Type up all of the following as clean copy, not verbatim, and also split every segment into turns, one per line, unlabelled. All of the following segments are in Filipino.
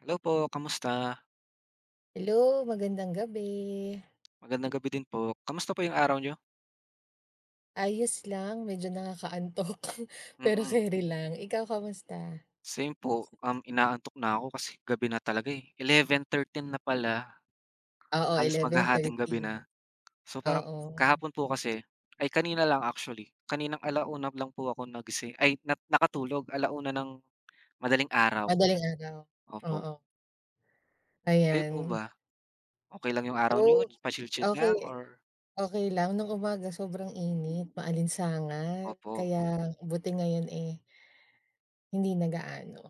Hello po, kamusta?
Hello, magandang gabi.
Magandang gabi din po. Kamusta po yung araw nyo?
Ayos lang, medyo nakakaantok, pero
Mm.
keri lang. Ikaw kamusta?
Same po, inaantok na ako kasi gabi na talaga, eh. 11:13 na pala,
Oo,
halos
eleven Yes.
maghahating gabi
thirteen.
na. So, parang
Oo,
kahapon po kasi ay kanina lang actually, kaninang 1:00 lang po ako nagising ay nakatulog 1:00 ng madaling araw,
madaling araw.
opo.
Oo,
Kayo po
ayan.
ba, okay lang yung araw nyo,
Oh,
pa chill
okay,
lang or
okay lang. Nung umaga sobrang init, maalinsangan.
opo,
Kaya buti ngayon, eh, hindi nagaano.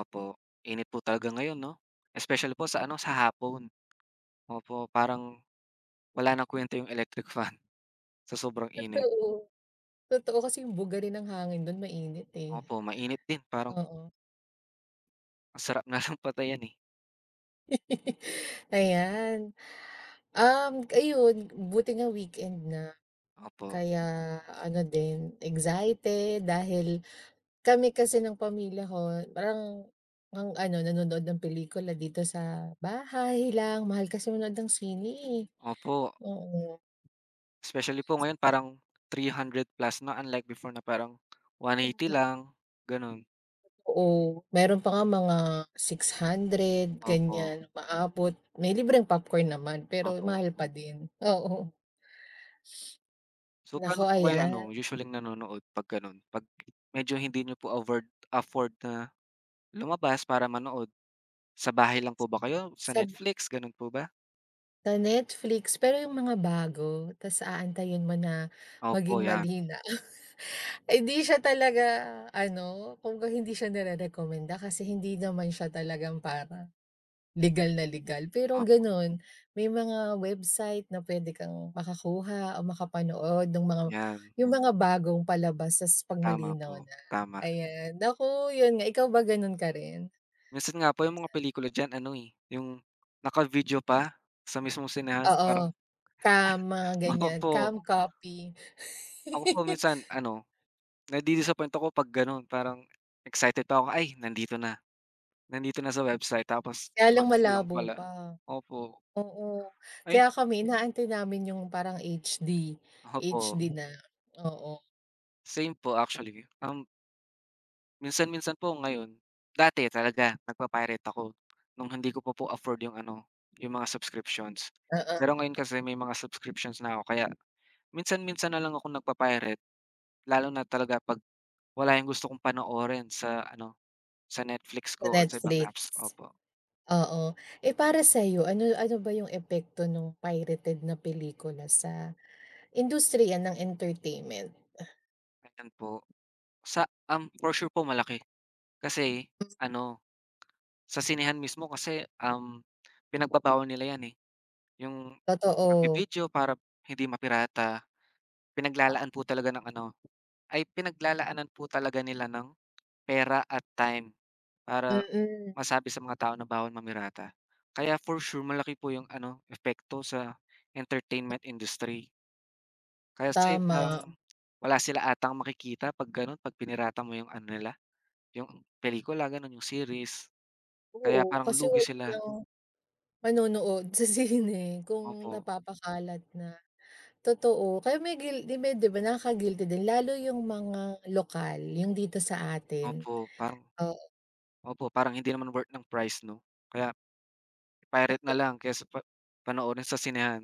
opo. Init po talaga ngayon 'no? Especially po sa ano, sa hapon. Opo, parang wala ng kuwenta yung electric fan sa sobrang init.
Totoo, totoo kasi yung buga rin ng hangin dun mainit, eh.
Opo, mainit din parang
Oo,
ang sarap na lang patayin, eh.
ayan. Ayun, buti nga weekend na.
Opo,
Kaya ano din, excited dahil kami kasi ng pamilya ko parang ang ano, nanonood ng pelikula dito sa bahay lang. Mahal kasi manood ng sine, eh.
opo.
Oo,
Especially po ngayon parang 300+ na unlike before na parang 180
mm,
lang, gano'n.
oo. Meron pa nga mga 600
Opo,
ganyan, umaabot. May libreng popcorn naman, pero
opo.
mahal pa din, oo.
So,
Naku,
paano po kayo
ayan,
ano, usually nanonood 'pag gano'n? 'Pag medyo hindi niyo po afford afford na lumabas para manood, sa bahay lang po ba kayo, sa
sa
Netflix, gano'n po ba?
sa Netflix pero yung mga bago, tas aantayin mo na
Opo,
maging
'yan.
malinaw. Eh, di siya talaga ano, kumbaga hindi siya nirerekomenda kasi hindi naman siya talagang para legal na legal. Pero
Opo,
gano'n, may mga website na pwede kang makakuha o makapanood ng mga
'yan.
yung mga bagong palabas ta's 'pag
Tama po,
malinaw na,
tama.
ayan. Naku, yun nga. Ikaw ba gano'n ka rin?
Minsan nga po yung mga pelikula diyan ano, eh, yung naka-video pa sa mismong sinehan
Oo,
parang
cam, mga ganyan,
opo,
cam copy.
ako po minsan ano, nadi-disappoint ako 'pag gano'n parang excited pa ako, "Ay nandito na sa website," tapos
Kaya lang
naka-video lang
malabo
pala.
pa.
Opo,
Oo,
ayun
kaya kami inaantay namin yung parang HD,
opo,
HD na, oo,
same po actually. Minsan-minsan po ngayon, dati talaga nagpa-pirate ako nung hindi ko pa po afford yung ano, yung mga subscriptions. Pero
oo,
ngayon kasi may mga subscriptions na ako kaya minsan-minsan na lang ako nagpa-pirate. Lalo na talaga 'pag wala yung gusto kong panoorin sa ano, sa Netflix
sa
ko or sa ibang
Netflix,
apps, opo.
oo. Eh, para sa'yo ano ano ba yung epekto ng pirated na pelikula sa industriya ng entertainment?
Ayan po. Sa for sure po malaki. Kasi ano, sa sinehan mismo kasi, pinagbabawal nila yan, eh. Yung
Totoo,
pagvi-video para hindi mapirata, pinaglalaan po talaga ng ano ay pinaglalaanan po talaga nila ng pera at time para
mm,
masabi sa mga tao na bawal mamirata. Kaya for sure malaki po yung ano, epekto sa entertainment industry. Kasi
tama,
parang wala sila atang makikita 'pag gano'n, 'pag pinirata mo yung ano nila, yung pelikula gano'n, yung series. Kaya
oo,
parang
kasi
lugi
wala
sila.
nang manonood sa sine kung
Opo,
napapakalat na, totoo. Kaya may guil 'di ba nakaka-guilty din lalo yung mga lokal, yung dito sa atin.
opo, parang
Oo,
opo, parang hindi naman worth ng price 'no? Kaya pirate na
oo,
lang kaysa pa panoorin sa sinehan.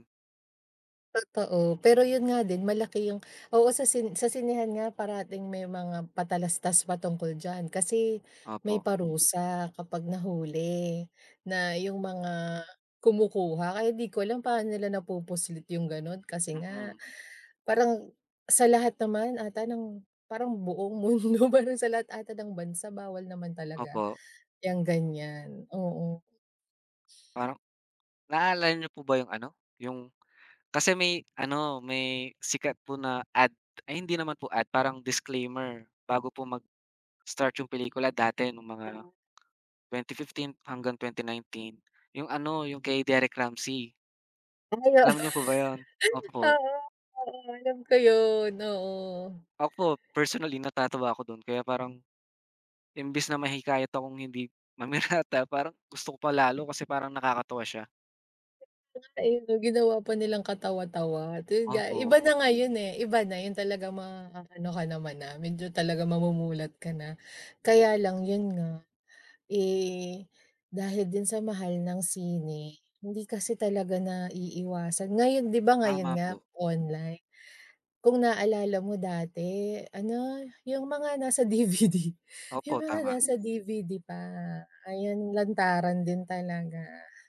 totoo. Pero yun nga din malaki yung oo, sa sinehan nga parating may mga patalastas patungkol diyan kasi may
Opo,
parusa kapag nahuli na yung mga kumukuha. Kaya di ko alam paano nila napupuslit yung gano'n kasi nga
mm,
parang sa lahat naman ata ng parang buong mundo, parang sa lahat ata ng bansa bawal naman talaga
opo.
yang ganyan, oo.
Parang naalala niyo po ba yung ano, yung kasi may ano, may sikat po na ad ay hindi naman po ad, parang disclaimer bago po mag-start yung pelikula dati nung mga 2015 hanggang 2019, yung ano, yung kay Derek Ramsey.
Ay,
Alam niyo po ba yon? Opo.
oo, oo, alam ko yun, oo.
Ako po personally natatawa ako don kaya parang imbes na mahikayat akong hindi mamirata parang gusto ko pa lalo kasi parang nakakatuwa siya.
Ayun 'no, ginawa pa nilang katawa-tawa. Yun nga, iba
Opo,
na nga yun, eh, iba na yun talagang maaano ka naman na, medyo talaga mamumulat ka na. Kaya lang yun nga, eh, dahil din sa mahal ng sine, hindi kasi talaga na naiiwasan. Ngayon 'di ba ngayon
tama
nga
po.
online, kung naalala mo dati ano, yung mga nasa DVD, yung
Opo,
mga
tama.
nasa DVD pa, ayan lantaran din talaga.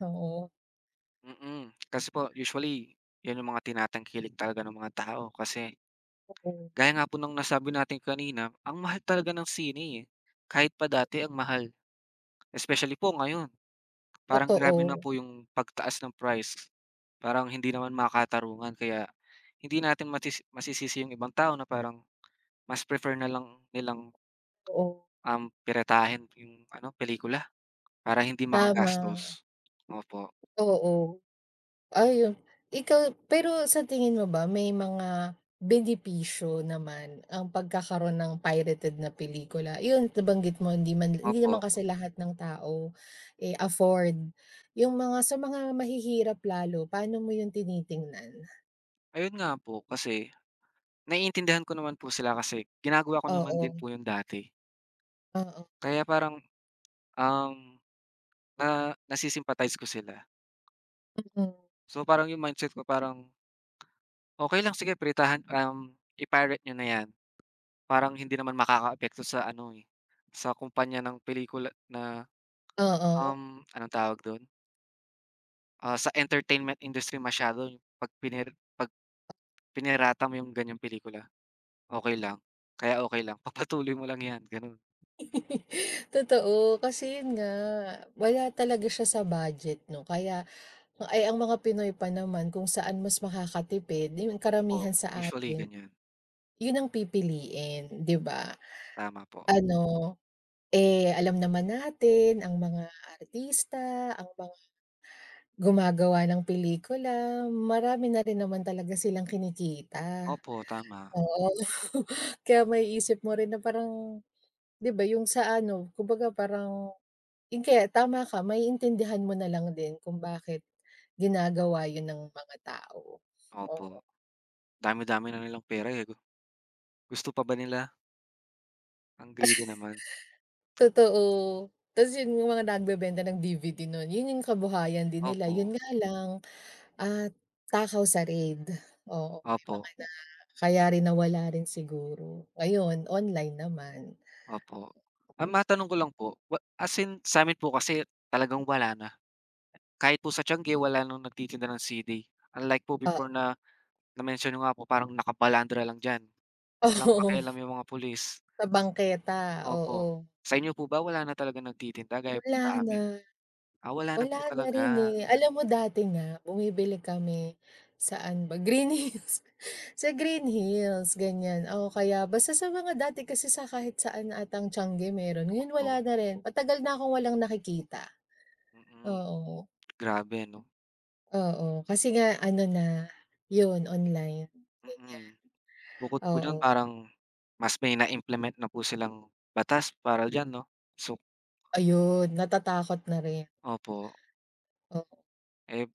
Oo,
Kasi po usually yun yung mga tinatangkilik talaga ng mga tao kasi
oo,
gaya nga po ng nasabi natin kanina, ang mahal talaga ng sine, eh, kahit pa dati ang mahal. Especially po ngayon. Parang grabe na
totoo,
po yung pagtaas ng price. Parang hindi naman makatarungan kaya hindi natin masisisi yung ibang tao na parang mas prefer na lang nilang,
oo.
piratahin yung ano, pelikula para hindi
Tama,
makagastos. Opo,
oo. Ayun, ikaw pero sa tingin mo ba may mga benepisyo naman ang pagkakaroon ng pirated na pelikula? Yun nabanggit mo hindi
opo.
naman kasi lahat ng tao, eh, afford. Yung mga sa mga mahihirap lalo, paano mo yun tinitingnan?
Ayun nga po kasi naiintindihan ko naman po sila kasi ginagawa ko naman din
Oo,
po yun dati.
oo,
Kaya parang, um, na nasi ko sila.
mm,
So, parang yung mindset ko parang, okay lang sige piratahan, i-pirate niyo na yan." Parang hindi naman makakaapekto sa ano, eh, sa kumpanya ng pelikula na,
oo.
anong tawag dun, sa entertainment industry masyado yung 'pag pinirata mo yung ganyang pelikula, okey lang. Kaya okey lang, papatuloy mo lang 'yan, gano'n
Totoo, kasi yun nga, wala talaga siya sa budget 'no kaya. Ay, ang mga Pinoy pa naman kung saan mas makakatipid, yung
po.
karamihan sa
Usually
atin,
ganyan,
yun ang pipiliin, 'di ba?
tama po.
Ano, eh, alam naman natin ang mga artista, ang mga gumagawa ng pelikula, marami na rin naman talaga silang kinikita,
Opo, tama.
oo. Kaya maiisip mo rin na parang, 'di ba, yung sa ano, kumbaga parang yun kaya tama ka, maiintindihan mo na lang din kung bakit ginagawa yun ng mga tao,
Opo, dami-dami na nilang pera, eh, gusto pa ba nila? Ang greedy naman.
totoo. Ta's yun yung mga nagbebenta ng DVD nun, yun yung kabuhayan din nila.
Opo,
Yun nga lang, ah, takaw sa raid. Oo, may
opo,
mga na kaya rin nawala rin siguro. Ngayon, online naman.
opo. Ah, matanong ko lang po, as in sa'min po kasi talagang wala na. Kahit po sa Tiange wala nang nagtitinda ng sili. Unlike po
Ah
before na na-mention niyo nga po parang nakabalandra lang diyan, walang
oo,
pakialam yung mga pulis.
sa bangketa, oo.
Opo. Sa inyo po ba wala na talagang nagtitinda gaya po
Wala
sa
na.
amin? Ah, wala na po
Wala na rin,
talaga.
eh. Alam mo dati nga bumibili kami, saan ba, Green Hills. Sa Green Hills, ganyan. O kaya basta sa mga dati kasi sa kahit saan atang changi meron, ngayon
Opo,
wala na rin. Matagal na akong walang nakikita.
mm.
Oo,
Grabe 'no?
oo. Kasi nga ano na, 'yun online,
Mm.
ganyan.
Bukod po dun
Oo,
parang mas may na-implement na po silang batas para diyan 'no? So
ayun natatakot na rin.
opo, eh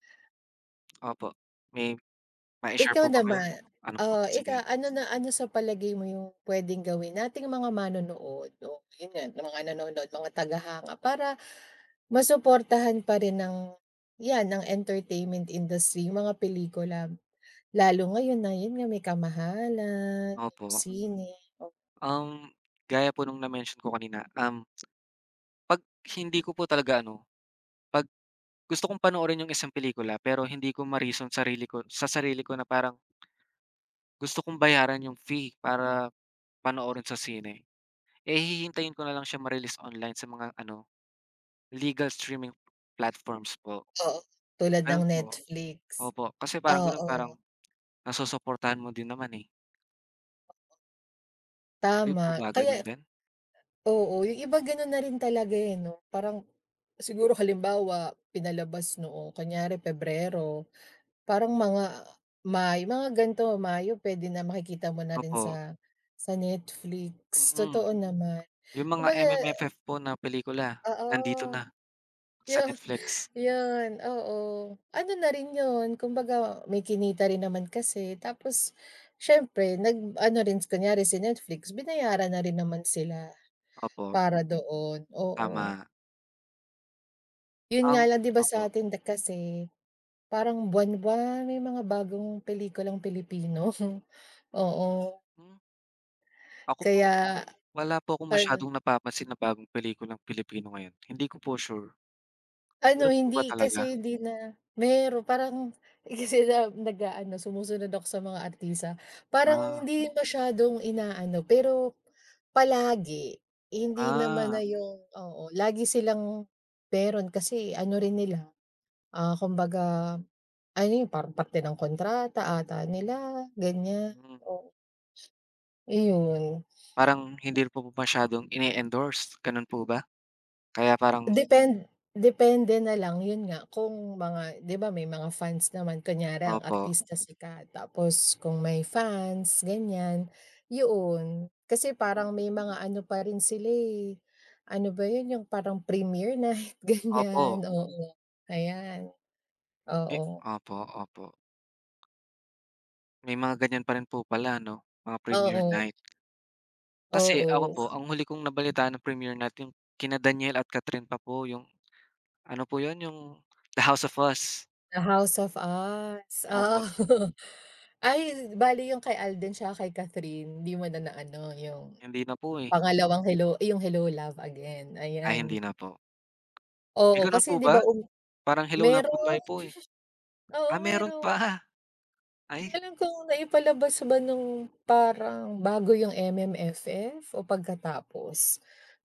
opo. May mai-share
Ikaw
po ba kayo?
naman,
Ano po?
oo,
Sige.
ika ano na ano sa palagay mo yung puwedeng gawin nating mga manonood o yun nga, mga nanonood, mga tagahanga para masuportahan pa rin ng, 'yan, ng entertainment industry yung mga pelikula. Lalo ngayon na yun nga may kamahalan,
Opo.
sine, o-
Um, Gaya po nung na-mention ko kanina, 'pag hindi ko po talaga ano, 'pag gusto kong panoorin yung isang pelikula pero hindi ko ma-reason sarili ko sa sarili ko na parang gusto kong bayaran yung fee para panoorin sa sine, eh, hihintayin ko na lang siya ma-release online sa mga ano, legal streaming platforms po,
oo, tulad ng
gano'n po.
Netflix.
Opo, kasi parang gano'n
Oo,
parang nasusuportahan mo din naman, eh. Kayo po
tama.
ba gano'n
Kaya
din?
oo, yung iba gano'n na rin talaga, eh, 'no? Parang siguro halimbawa pinalabas noong kunyari Pebrero. Parang mga May, mga ganito, Mayo puwede na makikita mo na rin
Opo,
sa Netflix,
mm.
totoo naman.
Yung mga
Kumbaga
MMFF po na pelikula nandito na
oo,
sa
yu
Netflix.
yun, oo. Ano na rin yun, kumbaga may kinita rin naman kasi tapos siyempre nag-ano rin kunyari si Netflix, binayaran na rin naman sila
Opo,
para doon, oo.
tama.
Yun nga
Um,
lang 'di ba sa
Opo.
atin kasi parang buwan-buwan may mga bagong pelikulang Pilipino, oo.
Hmm. Ako po,
Kaya
wala po akong
ano
masyadong napapansin na bagong pelikulang Pilipino ngayon, hindi ko po sure.
ano,
Meron po
hindi
ba talaga?
kasi hindi na meron parang kasi na nag-aano, sumusunod ako sa mga artista. Parang
Ah,
hindi masyadong inaano, pero palagi. Hindi naman
ah,
na yung oo, lagi silang meron kasi ano rin nila, kumbaga ano yun, parang parte ng kontrata ata nila, ganyan.
hmm.
Oo, iyon.
Parang hindi po masyadong ine-endorse, gano'n po ba? Kaya parang
Depende na lang, yun nga, kung mga 'di ba may mga fans naman, kunyari ang
opo,
artista sikat, tapos kung may fans, ganyan, yun. Kasi
mm,
parang may mga ano pa rin sila, eh, ano ba yun, yung parang premiere night,
opo,
ganyan, oo, ayan,
eh
oo.
opo, opo. May mga ganyan pa rin po pala 'no, mga premiere
Oo,
night. Kasi ako
oo,
po, ang huli kong nabalitaan ng premiere night yung kina Daniel at Cathryn pa po yung ano po 'yun, yung The House of Us.
The House of Us,
Opo,
oo. Ay, bale yung kay Alden tsaka kay Catherine, 'di mo na naano yung
hindi na po, eh.
pangalawang hello ay yung Hello Love Again,
Ay
ayan.
hindi na po. Eh,
Oo,
gano'n
kasi
po
'di
ba?
ba
Parang Hello, Love,
meron,
Goodbye po, eh.
oo
Ah, meron
meron.
pa?
Di ko
Ay,
alam kung naipalabas ba nung parang bago yung MMFF o pagkatapos,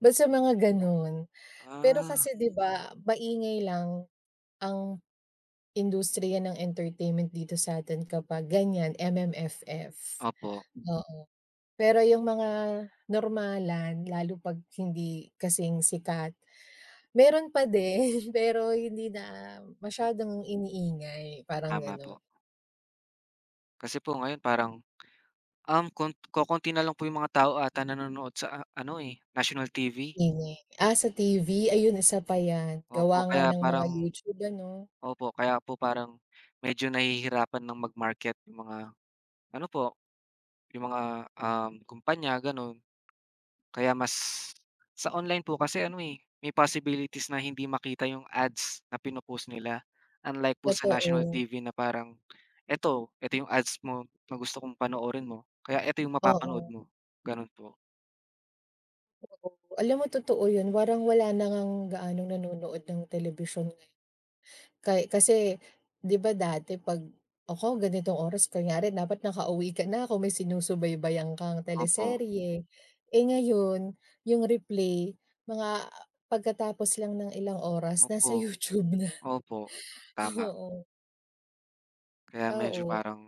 basta mga gano'n. Pero
ah,
kasi 'di ba maingay lang ang industriya ng entertainment dito sa'tin kapag ganyan MMFF,
opo,
oo. Pero yung mga normalan lalo 'pag hindi kasing sikat meron pa din, pero hindi na masyadong iniingay, parang
tama
gano'n,
po. Kasi po ngayon parang, kokonti na lang po yung mga tao ata nanonood sa, ano, eh, national TV.
ingay. Ah, sa TV, ayun isa pa 'yan,
Opo,
gawa nga
kaya
ng mga
parang
YouTube ano,
opo, kaya po parang medyo nahihirapan ng mag-market yung mga ano po, yung mga, kumpanya, gano'n. Kaya mas sa online po kasi ano, eh, may possibilities na hindi makita yung ads na pino-post nila. Unlike po sa national
totoo.
TV na parang, "Eto, eto yung ads mo na gusto kong panoorin mo, kaya eto yung mapapanood
Oo,
mo." Gano'n po.
oo. Alam mo totoo 'yun, parang wala na ngang gaanong nanonood ng telebisyon. Kasi 'di ba dati 'pag, "Naku, ganitong oras kunyari dapat nakauwi ka na kung may sinusubaybayan kang
Opo,
teleserye." Eh, ngayon yung replay mga pagkatapos lang ng ilang oras
opo,
nasa YouTube na.
opo, tama.
Oo,
Kaya medyo
oo,
parang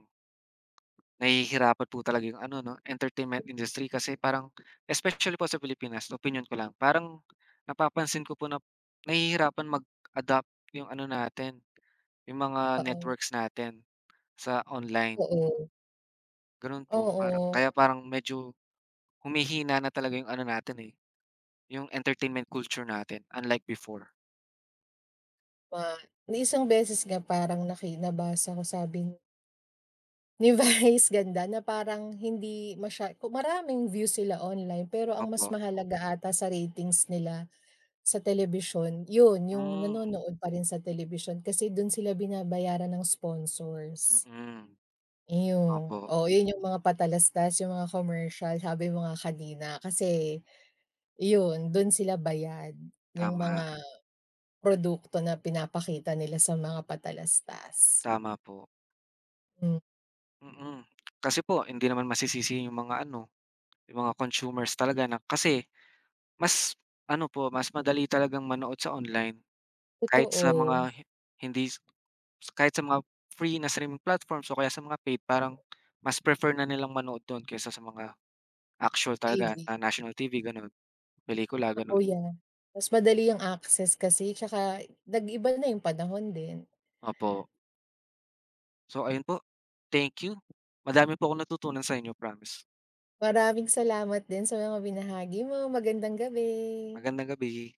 nahihirapan po talaga yung ano 'no, entertainment industry kasi parang especially po sa Pilipinas, opinion ko lang, parang napapansin ko po na nahihirapan mag-adapt yung ano natin, yung mga networks natin sa online,
oo,
gano'n po.
oo,
Para
oo.
kaya parang medyo humihina na talaga yung ano natin, eh, yung entertainment culture natin, unlike before.
Ma isang beses nga parang nabasa ko sabi ni ni Vice Ganda na parang hindi maraming views sila online pero ang mas
Opo.
mahalaga ata sa ratings nila. Sa telebisyon, yun yung
Hmm,
nanonood pa rin sa telebisyon kasi dun sila binabayaran ng sponsors.
mm.
Iyong
Opo,
oo, yun yung mga patalastas, yung mga commercial sabi mo nga kanina kasi yun, dun sila bayad yung
tama.
mga produkto na pinapakita nila sa mga patalastas.
Tama po,
Hmm,
mm. Kasi po hindi naman masisisi yung mga ano, yung mga consumers talaga na kasi mas ano po, mas madali talagang manood sa online kahit sa
totoo,
mga hi hindi Kahit sa mga free na streaming platforms o kaya sa mga paid parang mas prefer na nilang manood don kaysa sa mga actual talaga
TV,
na national TV gano'n, pelikula
totoo
gano'n.
yan. Mas madali ang access kasi tsaka nag-iba na yung panahon din.
Opo. So ayun po, thank you. Madami po akong natutunan sa inyo promise.
Maraming salamat din sa mga binahagi mo, magandang gabi.
Magandang gabi.